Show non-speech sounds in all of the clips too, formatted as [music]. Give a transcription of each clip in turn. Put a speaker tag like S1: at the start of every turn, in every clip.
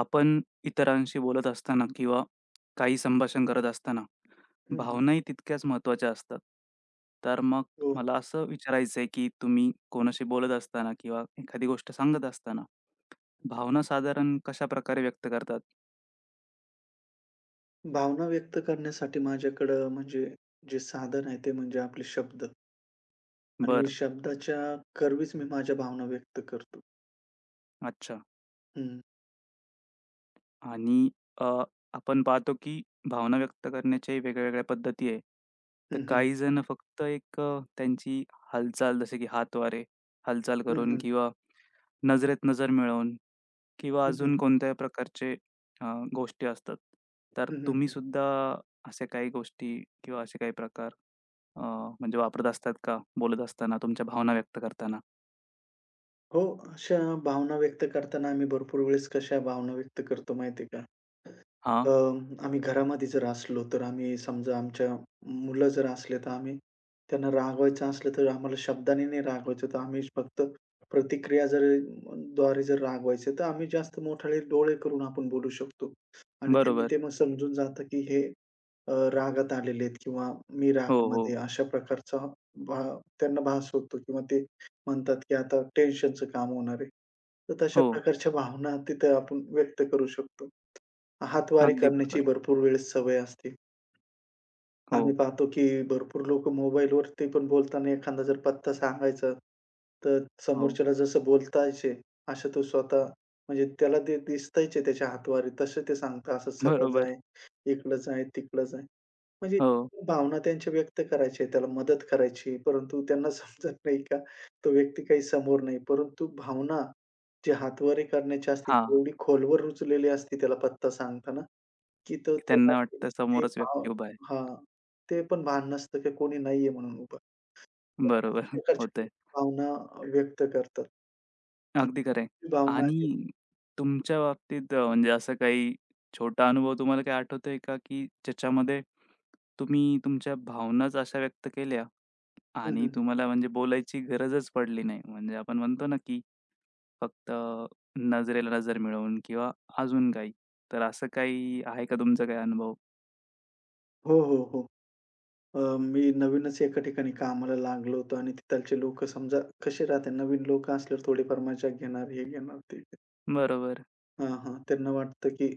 S1: आपण इतरांशी बोलत असताना किंवा काही संभाषण करत असताना
S2: हं, हं.
S1: भावनाही तितक्याच महत्त्वाच्या असतात. तर मग
S2: हो.
S1: मला असं विचारायचं आहे, की तुम्ही कोणाशी बोलत असताना किंवा एखादी गोष्ट सांगत असताना, भावना साधारण कशाप्रकारे व्यक्त करतात?
S2: भावना व्यक्त करण्यासाठी माझ्याकडं म्हणजे जे साधन आहे ते म्हणजे आपले शब्द आणि
S1: बरं,
S2: शब्दाच्या कर्वीच मी माझ्या भावना व्यक्त करतो.
S1: अच्छा.
S2: हं.
S1: आणि अ, आपण पाहतो, की भावना व्यक्त करण्याच्याही वेगळ्या पद्धती आहे. तर
S2: हं, हं.
S1: काही जण फक्त एक त्यांची हालचाल जसे की हातवारे हालचाल
S2: हं,
S1: करून
S2: हं.
S1: किंवा नजरेत नजर मिळवून किंवा
S2: हं, हं.
S1: अजून कोणत्या प्रकारचे अ, गोष्टी असतात. तर
S2: हं, हं,
S1: तुम्ही
S2: हं.
S1: सुद्धा अशा काही गोष्टी किंवा असे काही प्रकार अ, म्हणजे वापरत असतात का? बोलत असताना, तुमच्या भावना व्यक्त करताना?
S2: हो, अशा भावना व्यक्त करताना आम्ही भरपूर वेळेस कशा भावना व्यक्त करतो माहिती आहे का?
S1: हां,
S2: अ, आम्ही घरामध्ये जर असलो, तर आम्ही समजा आमच्या मुलं जर असले, तर आम्ही त्यांना रागवायचं असलं, तर आम्हाला शब्दाने नाही रागवायचं. तर आम्ही फक्त प्रतिक्रिया जर द्वारे जर रागवायचं, तर आम्ही जास्त मोठाले डोळे करून आपण बोलू शकतो. आणि त्यांनी
S1: बरोबर.
S2: ते मग समजून जातं, की हे रागात आलेले आहेत किंवा मी
S1: हो, हो.
S2: रागामध्ये आहे. अशा प्रकारचा भा त्यांना भास होतो किंवा ते म्हणतात, की आता टेन्शनचं काम होणार आहे. तर तशा
S1: हो,
S2: प्रकारच्या भावना तिथं आपण व्यक्त करू शकतो. हातवारी
S1: अगदी
S2: करण्याची
S1: बरोबर.
S2: भरपूर वेळेस सवय असते.
S1: हो,
S2: आम्ही पाहतो की भरपूर लोक मोबाईलवरती पण बोलताना एखादा जर पत्ता सांगायचा, तर
S1: हो.
S2: समोरच्याला जसं बोलतायचे, असं तो स्वतः म्हणजे त्याला ते दिसतायच आहे त्याच्या हातवारी, तसं ते सांगतात, असं सरळ
S1: बरोबर.
S2: जाय, इकडं जाय, तिकडं जाय. म्हणजे
S1: हो.
S2: भावना त्यांच्या व्यक्त करायची त्याला मदत करायची, परंतु त्यांना [laughs] समजत नाही का तो व्यक्ती काही समोर नाही. परंतु भावना जी हातवारी करण्याची असते,
S1: हां,
S2: ती एवढी खोलवर रुजलेली असते त्याला पत्ता सांगताना. की तो तेव्हा
S1: त्यांना
S2: ते
S1: वाटतं
S2: ते
S1: समोरच
S2: भाव
S1: व्यक्ती उभा आहे.
S2: हां, ते पण भान नसतं की कोणी नाहीये म्हणून उभं. तर
S1: बरोबर.
S2: अशा
S1: [laughs]
S2: प्रकारचे लोक
S1: होतंय.
S2: भावना व्यक्त करतात. [unintelligible]
S1: अगदी खरं आहे.
S2: भावना आहे.
S1: आणि तुमच्या बाबतीत म्हणजे असा काही छोटा अनुभव तुम्हाला काही आठवतोय का, की ज्याच्यामध्ये तुम्ही तुमच्या भावनाच अशा व्यक्त केल्या
S2: हं,
S1: आणि
S2: हं.
S1: तुम्हाला म्हणजे बोलायची गरजच पडली नाही? म्हणजे आपण म्हणतो ना, की फक्त नजरेला नजर मिळवून किंवा अजून काही. तर असं काही आहे का तुमचा काही अनुभव?
S2: हो, हो, हो. मी नवीनच एका ठिकाणी कामाला लागलो होतो आणि तिथलचे लोकं समजा कसे राहतात नवीन लोकं असल्यावर थोडीफार मजा घेणार, हे घेणार, ते घेणार.
S1: बरोबर.
S2: हां, हां. त्यांना वाटतं की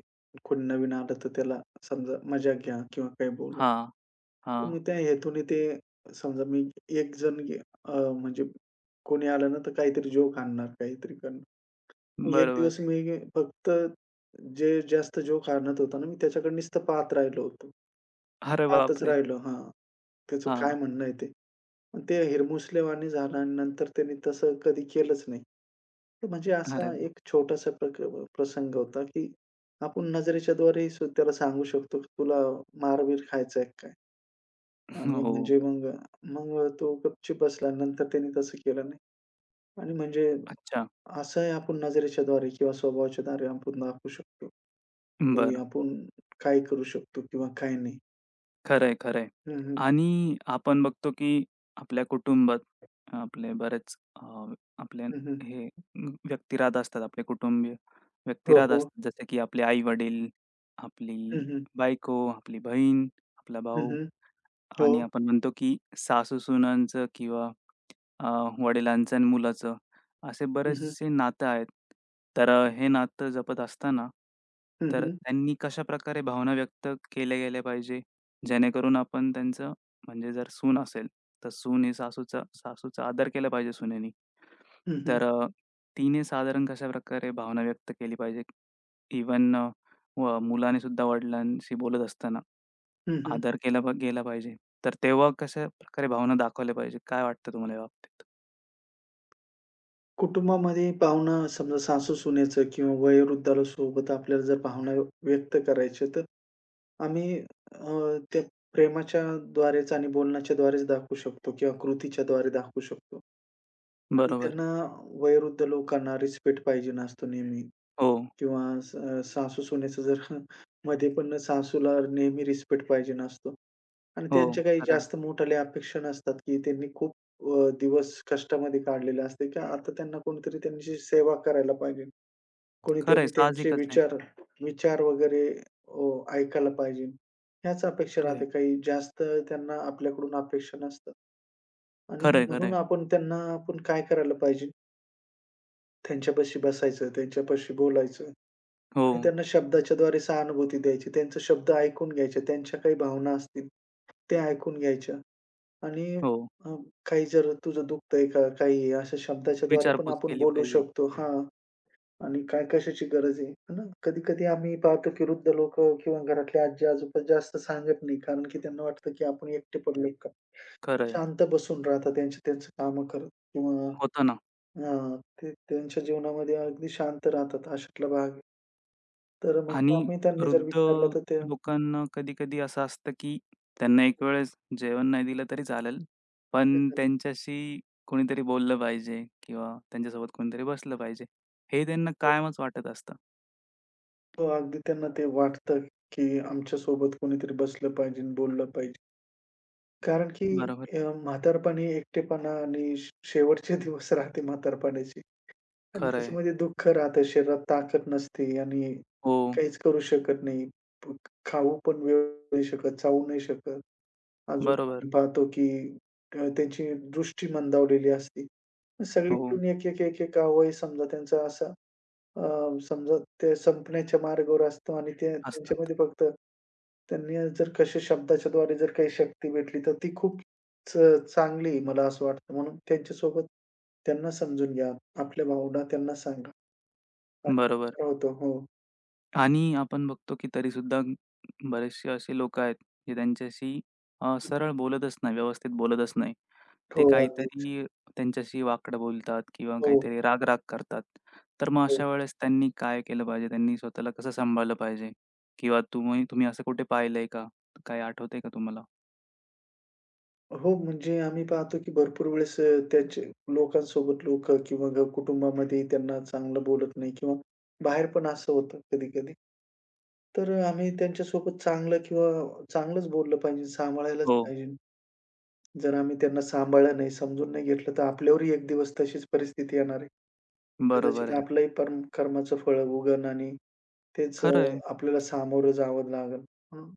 S2: कोणी नवीन आलं तर त्याला समजा मजाक घ्या किंवा काही बोला.
S1: हां, हां.
S2: मग त्या हेतूने ते समजा मी एक जण म्हणजे कोणी आलं ना, तर काहीतरी जोक आणणार, काहीतरी करणार. एक
S1: बरोबर.
S2: दिवस मी फक्त जे जास्त जोक आणत होता ना, मी त्याच्याकडे नुसतं पाहत राहिलो होतो.
S1: अरे
S2: पाहतच
S1: बापरे!
S2: राहिलो हां. त्याचं काय
S1: हां.
S2: म्हणणं आहे ते. पण ते हिरमुसलेवाणी झालं आणि नंतर त्याने तसं कधी केलंच नाही. तर म्हणजे
S1: अरे
S2: असा
S1: वाह!
S2: एक छोटासा प्रसंग होता, की आपण नजरेच्या द्वारे त्याला सांगू शकतो, की "तुला मार खायचा आहे
S1: [laughs]
S2: आणि
S1: हो.
S2: म्हणजे मग मग तो गपचूप बसला. नंतर त्याने तसं केलं नाही. आणि म्हणजे
S1: अच्छा.
S2: असं आहे आपण नजरेच्या द्वारे किंवा स्वभावाच्या द्वारे आपण दाखवू शकतो, की
S1: बरं.
S2: आपण काय करू शकतो किंवा काय नाही.
S1: खरंय, खरंय.
S2: हं, हं.
S1: आणि आपण बघतो, की आपल्या कुटुंबात आपले बरेच आपले
S2: हं, हं.
S1: हे व्यक्ती राहत असतात, आपले कुटुंबीय व्यक्ती
S2: हो,
S1: राहत
S2: हो.
S1: असतात. जसे की आपले आई-वडील, आपली
S2: हं, हं.
S1: बायको, आपली बहीण, आपला
S2: हं,
S1: भाऊ
S2: हं. हो.
S1: आणि आपण म्हणतो, की सासू-सुनांचं किंवा अ, वडिलांचं आणि मुलाचं असे
S2: हं, हं.
S1: बरेचसे नातं आहेत. तर हे नातं जपत असताना
S2: हं,
S1: तर
S2: हं.
S1: त्यांनी कशा प्रकारे भावना व्यक्त केल्या गेल्या पाहिजे, जेणेकरून आपण त्यांचं म्हणजे जर सून असेल, तर सून ही सासूचा सासूचा आदर केला पाहिजे सुनेनी.
S2: हं, हं.
S1: तर तिने साधारण कशाप्रकारे भावना व्यक्त केली पाहिजे? इव्हन मुलाने सुद्धा वडिलांशी बोलत असताना
S2: हं,
S1: आदर केला प गेला पाहिजे. तर तेव्हा कशाप्रकारे भावना दाखवल्या पाहिजे? काय वाटतं तुम्हाला या बाबतीत?
S2: कुटुंबामध्ये पाहुणं समजा सासू-सुनेचं किंवा वयोवृद्धाला सोबत आपल्याला जर भावना व्यक्त करायच्या तर आम्ही त्या प्रेमाच्या द्वारेच आणि बोलण्याच्या द्वारेच दाखवू शकतो किंवा कृतीच्या द्वारे दाखवू शकतो आणि
S1: बरोबर.
S2: त्यांना वयोवृद्ध लोकांना रिस्पेक्ट पाहिजे असतो नेहमी.
S1: हो,
S2: किंवा सासू-सुनेचं जर [laughs] मध्ये पण सासूला नेहमी रिस्पेक्ट पाहिजे असतो आणि
S1: हो.
S2: त्यांच्या काही
S1: खरं आहे.
S2: जास्त मोठाल्या अपेक्षा नसतात, की त्यांनी खूप दिवस कष्टामध्ये काढलेले असते, की आता त्यांना कोणीतरी त्यांची सेवा करायला पाहिजे.
S1: खरं आहे,
S2: कोणीतरी त्यांचे
S1: साहजिकच आहे.
S2: विचार विचार वगैरे ऐकायला पाहिजे. ह्याच अपेक्षा
S1: खरं आहे.
S2: राहते. काही जास्त त्यांना आपल्याकडून अपेक्षा नसतात आणि
S1: खरं आहे, खरं
S2: म्हणून
S1: आहे.
S2: आपण त्यांना काय करायला पाहिजे? त्यांच्यापाशी बसायचं, त्यांच्यापाशी बोलायचं.
S1: हो,
S2: आणि त्यांना शब्दाच्याद्वारे सहानुभूती द्यायची. त्यांचे शब्द ऐकून घ्यायचे. त्यांच्या काही भावना असतील, ते ऐकून घ्यायच्या आणि
S1: हो.
S2: अ, काही जर तुझं दुखतंय का? काही अशा शब्दाच्याद्वारे पण
S1: विचारपूस
S2: आपण
S1: केली
S2: बोलू
S1: पाहिजे.
S2: शकतो. हां. आणि काय कशाची गरज आहे? है ना? कधी-कधी आम्ही पाहतो की वृद्ध लोकं किंवा घरातले आजी-आजोबा जास्त सांगत नाही. कारण की त्यांना वाटतं की आपण एकटे पडलोय काय?
S1: खरं
S2: शांत बसून राहतात त्यांची त्यांची कामं करत किंवा
S1: होतं ना
S2: अ, ते त्यांच्या जीवनामध्ये अगदी शांत राहतात. अशातला भाग आहे. तर म्हणजे
S1: आणि
S2: आम्ही त्यांनी जर
S1: वृद्ध
S2: विचारलं तर ते हं,
S1: लोकांना कधी-कधी असं असतं, की त्यांना एक वेळेस जेवण नाही दिलं तरी चालेल, पण
S2: हं.
S1: त्यांच्याशी कोणीतरी बोललं पाहिजे किंवा त्यांच्यासोबत कोणीतरी बसलं पाहिजे. हे त्यांना
S2: हो,
S1: कायमच वाटत असतं.
S2: हो, अगदी त्यांना ते वाटतं, की आमच्यासोबत कोणीतरी बसलं पाहिजे, बोललं पाहिजे. कारण की
S1: बरोबर.
S2: अ, म्हातारपणी एकटेपणा आणि शेवटचे दिवस राहते म्हातारपणाचे आणि
S1: खरं
S2: त्याच्यामध्ये दुःख राहतं, शरीरात ताकद नसते आणि
S1: हो,
S2: काहीच करू शकत नाही. प खाऊ पण वेळ नाही शकत, चावू नाही शकत. अजून
S1: बरोबर.
S2: आम्ही पाहतो, की त्यांची दृष्टी मंदावलेली असते.
S1: हो,
S2: सगळीकडून एक अवयव समजा त्यांचा असा समजा ते संपण्याच्या मार्गावर असतो आणि ते
S1: असतात.
S2: त्यांच्यामध्ये फक्त त्यांनी जर कशा शब्दाच्या द्वारे जर काही शक्ती भेटली, तर ती खूप च चांगली आहे मला असं वाटतं. म्हणून त्यांच्यासोबत त्यांना समजून घ्या. आपल्या भावना त्यांना सांगा.
S1: बरोबर.
S2: अशा होतं. हो.
S1: आणि आपण बघतो की तरीसुद्धा बरेचसे असे लोकं आहेत, जे त्यांच्याशी सरळ बोलतच नाही, व्यवस्थित बोलतच नाही.
S2: हो,
S1: ते
S2: अगदीच.
S1: काहीतरी त्यांच्याशी वाकडं बोलतात किंवा
S2: हो,
S1: काहीतरी राग-राग करतात. तर मग
S2: हो.
S1: अशा वेळेस त्यांनी काय केलं पाहिजे? त्यांनी स्वतःला कसं सांभाळलं पाहिजे? किंवा तुम्ही तुम्ही असं कुठे पाहिलंय का? काही आठवतंय का तुम्हाला?
S2: हो, म्हणजे आम्ही पाहतो की भरपूर वेळेस त्याचे लोकांसोबत लोकं किंवा कुटुंबामध्ये त्यांना चांगलं बोलत नाही किंवा बाहेर पण असं होतं कधी-कधी. तर आम्ही त्यांच्यासोबत चांगलं किंवा चांगलंच बोललं पाहिजे, सांभाळायलाच
S1: हो,
S2: पाहिजे. जर आम्ही त्यांना सांभाळलं नाही, समजून नाही घेतलं, तर आपल्यावरही एक दिवस तशीच परिस्थिती येणार आहे.
S1: बरोबर
S2: कदाचित
S1: आहे.
S2: आपलंही परम कर्माचं फळ उगन आणि तेच
S1: खरं आहे.
S2: आपल्याला सामोरं जावं लागेल. म्हणून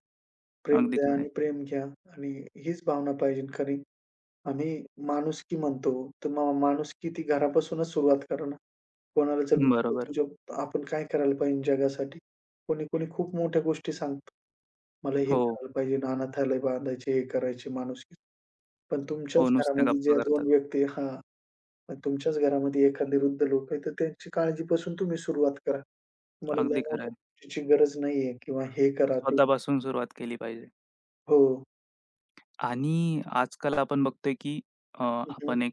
S2: प्रेम
S1: अगदी
S2: द्या
S1: खरं आहे.
S2: आणि प्रेम घ्या आणि हीच भावना पाहिजे. कारण आम्ही माणुसकी म्हणतो, तर माणुसकी ती घरापासूनच सुरुवात करा ना. कोणाला जर विचारलं,
S1: बरोबर.
S2: "तुझ्या आपण काय करायला पाहिजे जगासाठी?" कोणी-कोणी खूप मोठ्या गोष्टी सांगतं. मला हे
S1: हो,
S2: करायला पाहिजे, अनाथालय बांधायचे, हे करायचे माणुसकी. पण
S1: हो.
S2: तुमच्याच
S1: नुसत्या
S2: घरामध्ये
S1: गप्पा
S2: ज्या
S1: करतात.
S2: 2 व्यक्ती हां, पण तुमच्याच घरामध्ये एखादे वृद्ध लोक आहेत, तर त्यांची काळजीपासून तुम्ही सुरुवात करा. तुम्हाला लय
S1: अगदी खरं
S2: मोठ्या
S1: आहे.
S2: गोष्टीची गरज नाहीये किंवा हे करा, ते
S1: स्वतःपासून सुरुवात केली पाहिजे.
S2: हो.
S1: आणि आजकाल आपण बघतोय की
S2: हं, हं.
S1: आपण एक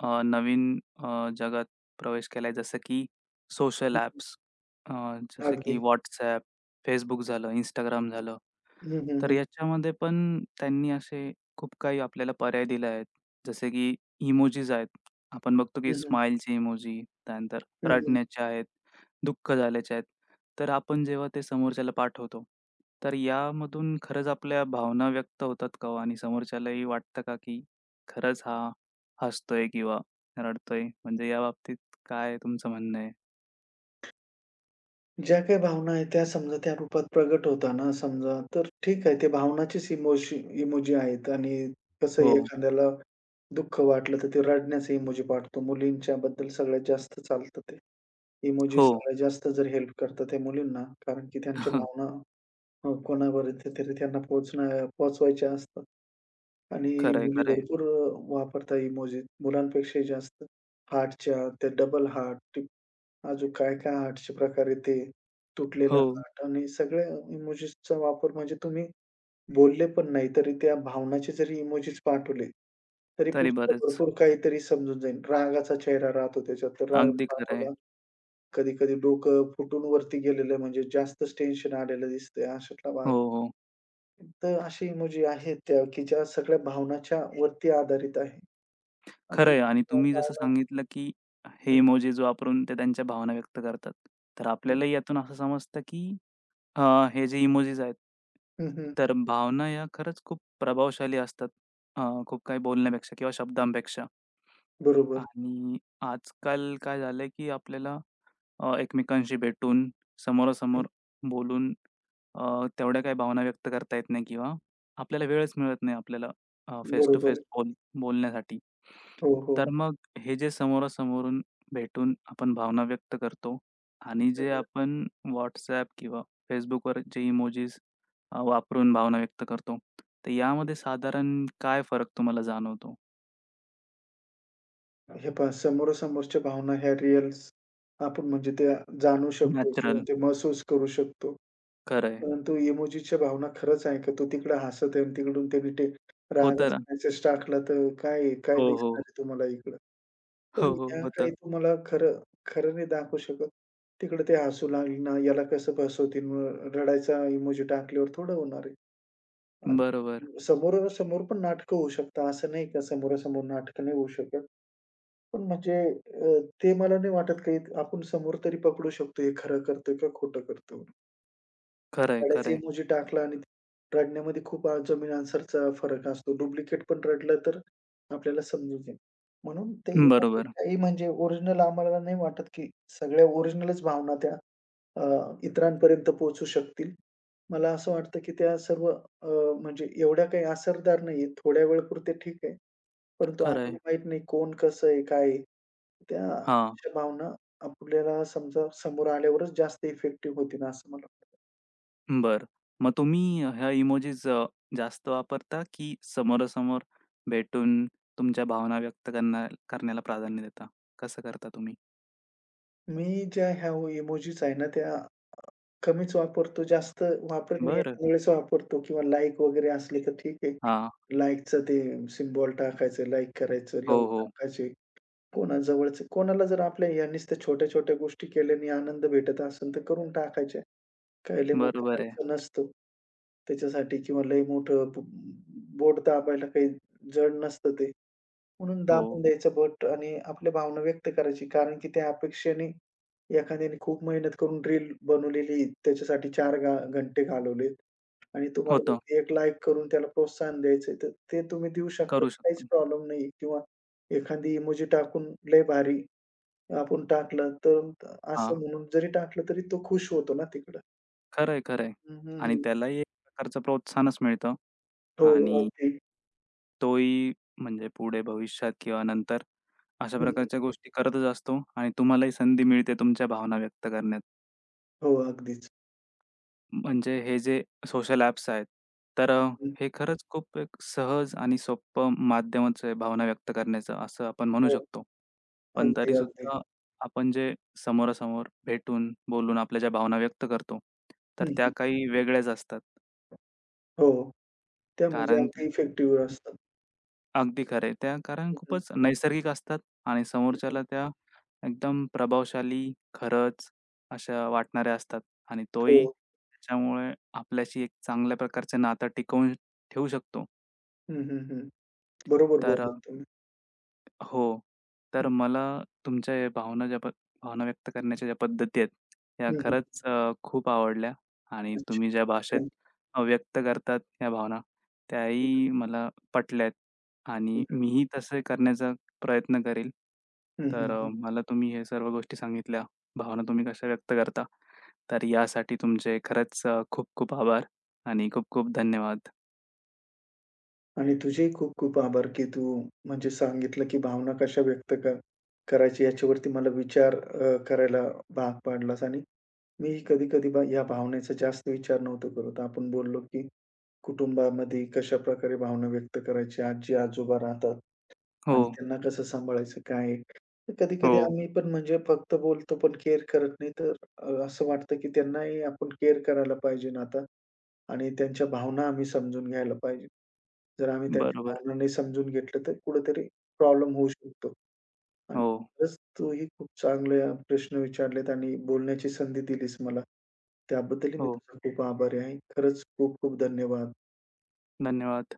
S1: नवीन जगात प्रवेश केलाय जसं की सोशल
S2: हं, हं.
S1: ॲप्स अ, जसं की
S2: अगदी.
S1: WhatsApp, Facebook झालं, इंस्टाग्राम झालं.
S2: हं, हं,
S1: तर
S2: हं.
S1: याच्यामध्ये पण त्यांनी असे खूप काही आपल्याला पर्याय दिले आहेत. जसे की इमोजीज आहेत. आपण बघतो की
S2: हं, हं.
S1: स्माईलचे इमोजी, त्यानंतर
S2: हं, हं.
S1: रडण्याचे आहेत, दुःख झाल्याचे आहेत. तर आपण जेव्हा ते समोरच्याला पाठवतो, तर यामधून खरंच आपल्या भावना व्यक्त होतात का हो? आणि समोरच्यालाही वाटतं का, की खरंच हा हसतोय किंवा रडतोय? म्हणजे याबाबतीत काय तुमचं म्हणणं आहे?
S2: ज्या काही भावना आहेत त्या समजा त्या रूपात प्रगट होताना समजा, तर ठीक आहे, ते भावनाचेच इमोजी आहेत आणि कसं
S1: हो,
S2: एखाद्याला दुःख वाटलं तर ते रडण्याचे इमोजी पाठवतो. मुलींच्या बद्दल सगळ्यात जास्त चालतं ते. इमोजी
S1: हो.
S2: सगळ्यात जास्त जर हेल्प करतात त्या मुलींना, कारण की त्यांच्या
S1: [laughs]
S2: भावना कोणापर्यंत तरी त्यांना पोहोचवायच्या असतात. आणि
S1: खरं
S2: मुली
S1: आहे,
S2: भरपूर वापरतात इमोजी मुलांपेक्षाही जास्त. हार्टच्या ते डबल हार्ट, टिप अजून काय-काय हार्टचे प्रकार आहेत ते, तुटलेला
S1: हो,
S2: हार्ट आणि सगळ्या इमोजीसचा वापर म्हणजे तुम्ही बोलले पण नाही, तरी त्या भावनाचे जरी इमोजीस पाठवले, तरी
S1: तरी
S2: पुढच्याला
S1: बरंच.
S2: भरपूर काहीतरी समजून जाईल. रागाचा चेहरा राहतो त्याच्यात, तर राग
S1: अगदी खरं
S2: पाठवला. कधी-कधी डोकं फुटून वरती गेलेलं आहे, म्हणजे जास्तच टेन्शन आलेलं दिसतंय, अशातला भाग
S1: हो,
S2: आहे.
S1: हो.
S2: तर असे इमोजी आहेत त्या, की ज्या सगळ्या भावनाच्या वरती आधारित आहे आणि
S1: खरं आणि
S2: त्या
S1: तुम्ही जसं
S2: भावना
S1: सांगितलं, की हे
S2: हं,
S1: इमोजीज वापरून ते त्यांच्या भावना व्यक्त करतात. तर
S2: हं,
S1: आपल्यालाही यातून असं समजतं, की अ, हे जे इमोजीस आहेत,
S2: हं, हं.
S1: तर भावना या खरंच खूप प्रभावशाली असतात. अ, खूप काही बोलण्यापेक्षा किंवा शब्दांपेक्षा
S2: बरोबर.
S1: आणि आजकाल काय झालंय, की आपल्याला एकमेकांशी भेटून,
S2: हं,
S1: समोरासमोर बोलून तेवढ्या काही भावना व्यक्त करता येत नाही किंवा आपल्याला वेळच मिळत नाही आपल्याला फेस टू फेस
S2: बरोबर.
S1: बोलण्यासाठी.
S2: हो,
S1: तर
S2: हो.
S1: मग हे जे समोरासमोरून भेटून आपण भावना व्यक्त करतो आणि
S2: हं,
S1: जे
S2: हं.
S1: आपण WhatsApp किंवा Facebookवर जे इमोजीस वापरून भावना व्यक्त करतो, तर यामध्ये
S2: हं,
S1: साधारण काय फरक तुम्हाला जाणवतो?
S2: हे पहा समोरासमोरच्या भावना ह्या रिअल्स आपण म्हणजे त्या जाणू शकतो किंवा
S1: नॅचरल.
S2: ते महसूस करू शकतो.
S1: खरं
S2: परंतु इमोजीच्या भावना खरंच आहे का? तो तिकडे हसत आहे आणि तिकडून त्याने ते
S1: होतं ना.
S2: रागाचा मेसेज टाकला तर काय काय
S1: हो,
S2: दिसणार
S1: हो.
S2: आहे तुम्हाला इकडं?
S1: हो,
S2: तर
S1: हो.
S2: ह्या काही
S1: होतं.
S2: तुम्हाला खरं खरं नाही दाखवू शकत. तिकडे ते हसू लागले ना, याला कसं फसवतील मग रडायचा इमोजी टाकल्यावर थोडं होणार आहे.
S1: बरोबर.
S2: आणि समोरासमोर पण नाटकं होऊ शकतात. असं नाही का समोरासमोर नाटकं नाही होऊ शकत. पण म्हणजे ते मला नाही वाटत काही आपण समोर तरी पकडू शकतो हे खरं करतोय का खोटं करतोय म्हणून.
S1: खरंय,
S2: रडायचा
S1: खरंय.
S2: इमोजी टाकला आणि रडण्यामध्ये खूप जमीन आन्सरचा फरक असतो. डुप्लिकेट पण रडलं तर आपल्याला समजून जाईल. म्हणून ते इमोजी
S1: बरोबर.
S2: काही म्हणजे ओरिजिनल आम्हाला नाही वाटत, की सगळ्या ओरिजिनलच भावना त्या अ, इतरांपर्यंत पोहोचू शकतील. मला असं वाटतं, की त्या सर्व म्हणजे एवढ्या काही असरदार नाहीये. थोड्या वेळापुरते ठीक आहे. परंतु आम्हाला
S1: खरंय.
S2: माहीत नाही कोण कसं आहे, काय आहे? त्या
S1: हां,
S2: अशा भावना आपल्याला समजा समोर आल्यावरच जास्त इफेक्टिव्ह होतील असं मला वाटतं.
S1: बरं. मग तुम्ही ह्या इमोजीस जास्त वापरता की समोरासमोर भेटून तुमच्या भावना व्यक्त करण्याला प्राधान्य देता? कसं करता तुम्ही?
S2: मी ज्या ह्या इमोजीस आहे ना त्या कमीच वापरतो, जास्त वापरत नाही.
S1: बरं.
S2: एखाद्या वेळेस वापरतो किंवा लाइक वगैरे असले तर ठीक आहे.
S1: हां.
S2: लाइकचं ते सिम्बॉल टाकायचं, लाइक करायचं,
S1: हो,
S2: लव्ह
S1: हो.
S2: टाकायचे. कोणा जवळचं कोणाला जर आपल्या ह्या नुसत्या छोट्या-छोट्या गोष्टी केल्याने आनंद भेटत असेल तर करून टाकायचे. काही लय मोठा
S1: बरोबर आहे.
S2: खर्च नसतो त्याच्यासाठी किंवा लय मोठं बोट दाबायला काही जड नसतं ते. म्हणून दाबून
S1: हो.
S2: द्यायचं बट आणि आपल्या भावना व्यक्त करायची. कारण की त्या अपेक्षेने एखाद्याने खूप मेहनत करून रील बनवलेली, त्याच्यासाठी 4 घंटे घालवलेत आणि तुम्हाला
S1: होतं.
S2: फक्त 1 लाइक करून त्याला प्रोत्साहन द्यायचंय, तर ते तुम्ही देऊ शकता.
S1: करू
S2: काहीच
S1: शकतो.
S2: प्रॉब्लेम नाही किंवा एखादी इमोजी टाकून लय भारी आपण टाकलं, तर
S1: हां.
S2: असं म्हणून जरी टाकलं, तरी तो खुश होतो ना तिकडं.
S1: खरंय, खरंय.
S2: हं, हं,
S1: आणि
S2: हं.
S1: त्यालाही एक प्रकारचं प्रोत्साहनच मिळतं
S2: हो,
S1: आणि
S2: अगदी.
S1: तोही म्हणजे पुढे भविष्यात किंवा नंतर अशा
S2: हं, हं.
S1: प्रकारच्या गोष्टी करतच असतो आणि तुम्हालाही संधी मिळते तुमच्या भावना व्यक्त करण्यात.
S2: हो, अगदीच.
S1: म्हणजे हे जे सोशल ॲप्स आहेत, तर
S2: हं.
S1: हे खरंच खूप एक सहज आणि सोपं माध्यमच आहे भावना व्यक्त करण्याचं असं आपण म्हणू
S2: हो,
S1: शकतो. पण
S2: अगदी, अगदी.
S1: तरीसुद्धा आपण जे समोरासमोर भेटून, बोलून आपल्या ज्या भावना व्यक्त करतो, तर
S2: हं,
S1: त्या
S2: हं.
S1: काही वेगळ्याच असतात.
S2: हो, त्या म्हणजे
S1: कारण ते
S2: अगदी इफेक्टिव्ह असतात.
S1: अगदी खरं आहे. त्या कारण
S2: हं, हं.
S1: खूपच नैसर्गिक असतात आणि
S2: हं, हं.
S1: समोरच्याला त्या एकदम प्रभावशाली, खरंच अशा वाटणाऱ्या असतात आणि
S2: हो.
S1: तोही त्याच्यामुळे आपल्याशी एक चांगल्या प्रकारचं नातं टिकवून ठेवू शकतो.
S2: हं, हं, हं. बरोबर
S1: तर
S2: बोललात तुम्ही.
S1: हो. तर मला तुमच्या या भावना ज्या प भावना व्यक्त करण्याच्या ज्या पद्धती आहेत, ह्या
S2: हं, हं, हं.
S1: खरंच खूप आवडल्या आणि
S2: अच्छा.
S1: तुम्ही ज्या भाषेत
S2: थँक
S1: व्यक्त करतात या भावना,
S2: यू. हं,
S1: त्याही मला पटल्यात आणि
S2: हं.
S1: मीही तसे करण्याचा प्रयत्न करेल.
S2: हं,
S1: तर
S2: हं, हं.
S1: मला तुम्ही हे सर्व गोष्टी सांगितल्या, भावना तुम्ही कशा व्यक्त करता. तर यासाठी तुमचे खरंच खूप खूप आभार आणि खूप खूप धन्यवाद.
S2: आणि तुझेही खूप खूप आभार, की तू म्हणजे सांगितलं, की भावना कशा व्यक्त कर करायची याच्यावरती मला विचार करायला भाग पाडलास आणि मीही कधी-कधी या भावनेचा जास्त विचार नव्हतो करत. आपण बोललो, की कुटुंबामध्ये कशाप्रकारे भावना व्यक्त करायची? आजी-आजोबा राहतात
S1: हो,
S2: आणि त्यांना कसं सांभाळायचं, काय आहे? तर
S1: हो.
S2: कधी-कधी आम्ही पण म्हणजे फक्त बोलतो, पण केअर करत नाही. तर असं वाटतं की त्यांनाही आपण केअर करायला पाहिजे ना आता आणि त्यांच्या भावना आम्ही समजून घ्यायला पाहिजे. जर आम्ही त्यांच्या
S1: बरोबर.
S2: भावना नाही समजून घेतलं, तर कुठेतरी प्रॉब्लेम होऊ शकतो. आणि
S1: हो,
S2: खरंच तूही खूप चांगले प्रश्न विचारलेत आणि बोलण्याची संधी दिलीस मला. त्याबद्दलही मी
S1: हो.
S2: तुझा खूप आभारी आहे. खरंच खूप खूप धन्यवाद.
S1: धन्यवाद.